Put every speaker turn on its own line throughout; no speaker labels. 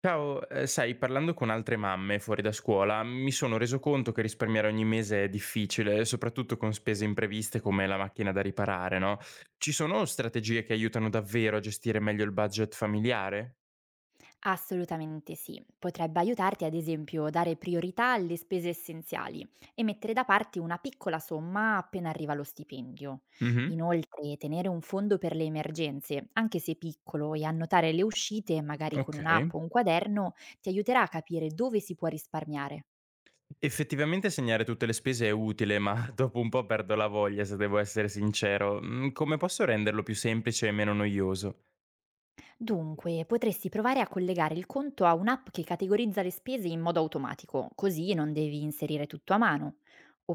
Ciao, sai, parlando con altre mamme fuori da scuola, mi sono reso conto che risparmiare ogni mese è difficile, soprattutto con spese impreviste come la macchina da riparare, no, ci sono strategie che aiutano davvero a gestire meglio il budget familiare?
Assolutamente sì. Potrebbe aiutarti, ad esempio, dare priorità alle spese essenziali e mettere da parte una piccola somma appena arriva lo stipendio.
Mh-mh.
Inoltre, tenere un fondo per le emergenze, anche se piccolo, e annotare le uscite, magari con
Okay.
un'app o un quaderno, ti aiuterà a capire dove si può risparmiare.
Effettivamente segnare tutte le spese è utile, ma dopo un po' perdo la voglia se devo essere sincero. Mhmm, come posso renderlo più semplice e meno noioso?
Dunque, potresti provare a collegare il conto a un'app che categorizza le spese in modo automatico, così non devi inserire tutto a mano.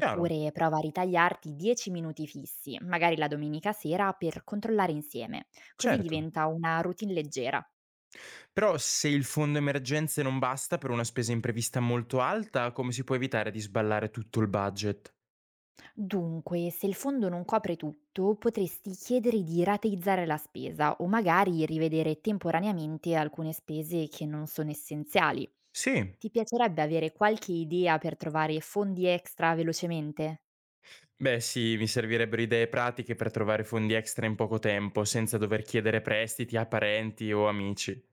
Chiaro,
prova a ritagliarti 10 minuti fissi, magari la domenica sera, per controllare insieme. Così
certo.
diventa una routine leggera.
Però se il fondo emergenze non basta per una spesa imprevista molto alta, come si può evitare di sballare tutto il budget?
Dunque, se il fondo non copre tutto, potresti chiedere di rateizzare la spesa o magari rivedere temporaneamente alcune spese che non sono essenziali.
Sì.
Ti piacerebbe avere qualche idea per trovare fondi extra velocemente?
Beh sì, mi servirebbero idee pratiche per trovare fondi extra in poco tempo, senza dover chiedere prestiti a parenti o amici.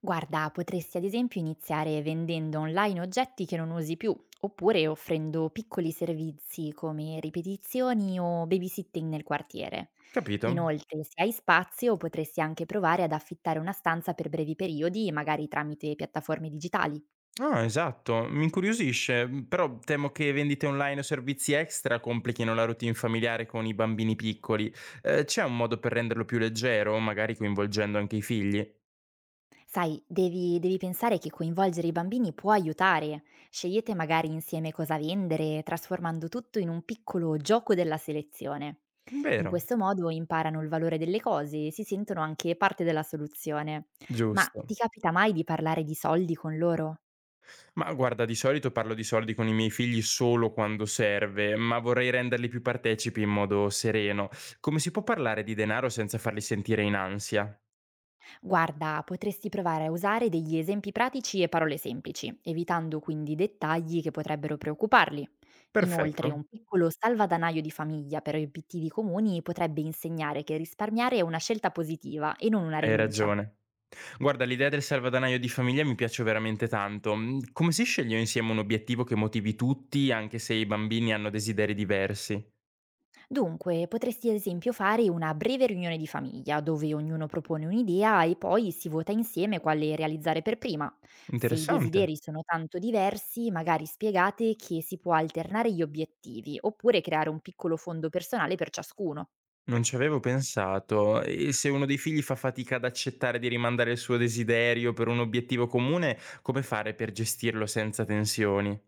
Guarda, potresti ad esempio iniziare vendendo online oggetti che non usi più, oppure offrendo piccoli servizi come ripetizioni o babysitting nel quartiere.
Capito?
Inoltre, se hai spazio, potresti anche provare ad affittare una stanza per brevi periodi, magari tramite piattaforme digitali.
Ah, esatto, mi incuriosisce, però temo che vendite online o servizi extra complichino la routine familiare con i bambini piccoli. C'è un modo per renderlo più leggero, magari coinvolgendo anche i figli?
Sai, devi pensare che coinvolgere i bambini può aiutare. Scegliete magari insieme cosa vendere, trasformando tutto in un piccolo gioco della selezione. In
Vero,
questo modo imparano il valore delle cose e si sentono anche parte della soluzione. Ma ti
giusto.
capita mai di parlare di soldi con loro?
Ma guarda, di solito parlo di soldi con i miei figli solo quando serve, ma vorrei renderli più partecipi in modo sereno. Come si può parlare di denaro senza farli sentire in ansia?
Guarda, potresti provare a usare degli esempi pratici e parole semplici, evitando quindi dettagli che potrebbero preoccuparli. Inoltre,
Perfetto,
un piccolo salvadanaio di famiglia per obiettivi comuni potrebbe insegnare che risparmiare è una scelta positiva e non una
hai
rinuncia.
ragione. Guarda, l'idea del salvadanaio di famiglia mi piace veramente tanto. Mm, come si sceglie insieme un obiettivo che motivi tutti, anche se i bambini hanno desideri diversi?
Dunque, potresti ad esempio fare una breve riunione di famiglia dove ognuno propone un'idea e poi si vota insieme quale realizzare per prima. Se i
Interessante.
desideri sono tanto diversi, magari spiegate che si può alternare gli obiettivi oppure creare un piccolo fondo personale per ciascuno.
Non ci avevo pensato. E se uno dei figli fa fatica ad accettare di rimandare il suo desiderio per un obiettivo comune, come fare per gestirlo senza tensioni?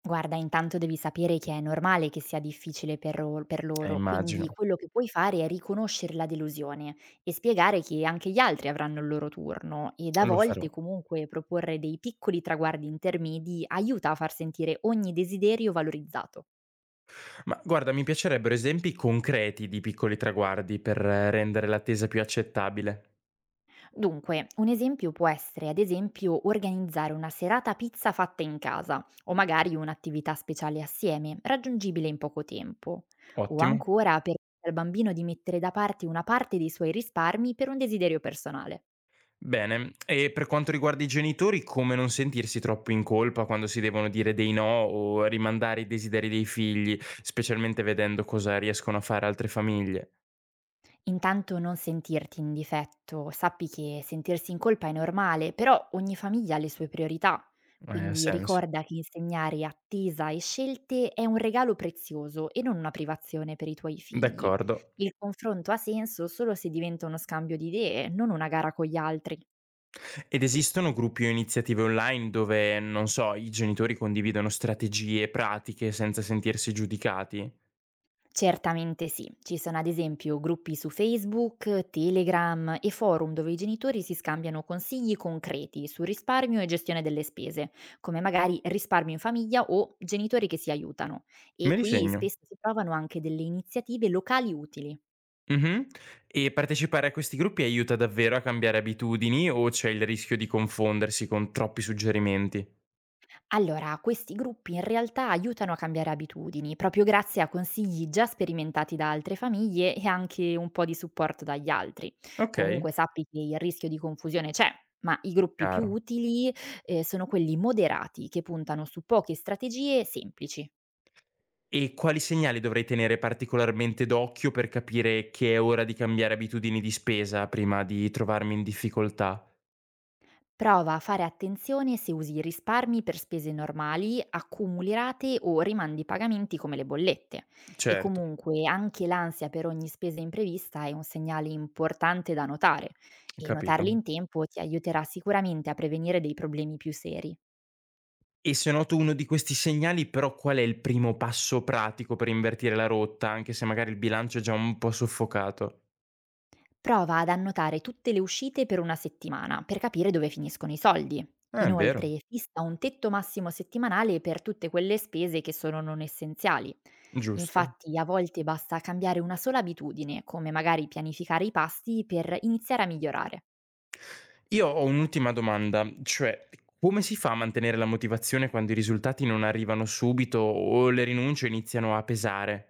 Guarda, intanto devi sapere che è normale che sia difficile per loro, quindi
Immagino.
quello che puoi fare è riconoscere la delusione e spiegare che anche gli altri avranno il loro turno ed a
Lo
volte
farò.
comunque proporre dei piccoli traguardi intermedi aiuta a far sentire ogni desiderio valorizzato.
Ma guarda, mi piacerebbero esempi concreti di piccoli traguardi per rendere l'attesa più accettabile.
Dunque, un esempio può essere, ad esempio, organizzare una serata pizza fatta in casa o magari un'attività speciale assieme, raggiungibile in poco tempo. O
Ottimo.
ancora permettere al bambino di mettere da parte una parte dei suoi risparmi per un desiderio personale.
Bene, e per quanto riguarda i genitori, come non sentirsi troppo in colpa quando si devono dire dei no o rimandare i desideri dei figli, specialmente vedendo cosa riescono a fare altre famiglie?
Intanto non sentirti in difetto, sappi che sentirsi in colpa è normale, però ogni famiglia ha le sue priorità,
Ha
quindi
senso.
ricorda che insegnare attesa e scelte è un regalo prezioso e non una privazione per i tuoi figli.
D'accordo.
Il confronto ha senso solo se diventa uno scambio di idee, non una gara con gli altri.
Ed esistono gruppi o iniziative online dove, non so, i genitori condividono strategie e pratiche senza sentirsi giudicati?
Certamente sì, ci sono ad esempio gruppi su Facebook, Telegram e forum dove i genitori si scambiano consigli concreti su risparmio e gestione delle spese, come magari risparmio in famiglia o genitori che si aiutano. E
Me li
qui
segno.
spesso si trovano anche delle iniziative locali utili.
Mhm. E partecipare a questi gruppi aiuta davvero a cambiare abitudini o c'è il rischio di confondersi con troppi suggerimenti?
Allora, questi gruppi in realtà aiutano a cambiare abitudini, proprio grazie a consigli già sperimentati da altre famiglie e anche un po' di supporto dagli altri.
Ok,
Comunque sappi che il rischio di confusione c'è, ma i gruppi più
chiaro.
utili sono quelli moderati che puntano su poche strategie semplici.
E quali segnali dovrei tenere particolarmente d'occhio per capire che è ora di cambiare abitudini di spesa prima di trovarmi in difficoltà?
Prova a fare attenzione se usi i risparmi per spese normali, accumuli rate o rimandi pagamenti come le bollette. E
Certo,
comunque anche l'ansia per ogni spesa imprevista è un segnale importante da notare e
capito.
notarli in tempo ti aiuterà sicuramente a prevenire dei problemi più seri.
E se noto uno di questi segnali, però qual è il primo passo pratico per invertire la rotta, anche se magari il bilancio è già un po' soffocato?
Prova ad annotare tutte le uscite per una settimana per capire dove finiscono i soldi.
È vero,
Inoltre, fissa un tetto massimo settimanale per tutte quelle spese che sono non essenziali.
giusto.
Infatti, a volte basta cambiare una sola abitudine, come magari pianificare i pasti, per iniziare a migliorare.
Io ho un'ultima domanda, cioè come si fa a mantenere la motivazione quando i risultati non arrivano subito o le rinunce iniziano a pesare?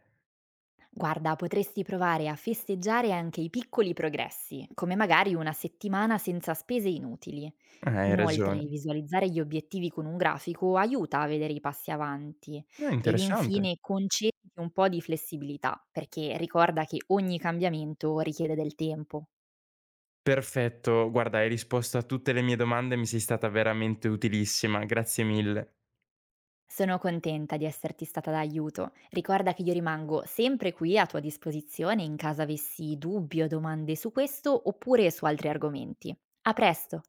Guarda, potresti provare a festeggiare anche i piccoli progressi, come magari una settimana senza spese inutili.
Hai
Inoltre,
ragione.
visualizzare gli obiettivi con un grafico aiuta a vedere i passi avanti ed
Interessante.
infine concediti un po' di flessibilità, perché ricorda che ogni cambiamento richiede del tempo.
Perfetto, guarda, hai risposto a tutte le mie domande, mi sei stata veramente utilissima, grazie mille.
Sono contenta di esserti stata d'aiuto. Ricorda che io rimango sempre qui a tua disposizione in caso avessi dubbi o domande su questo oppure su altri argomenti. A presto!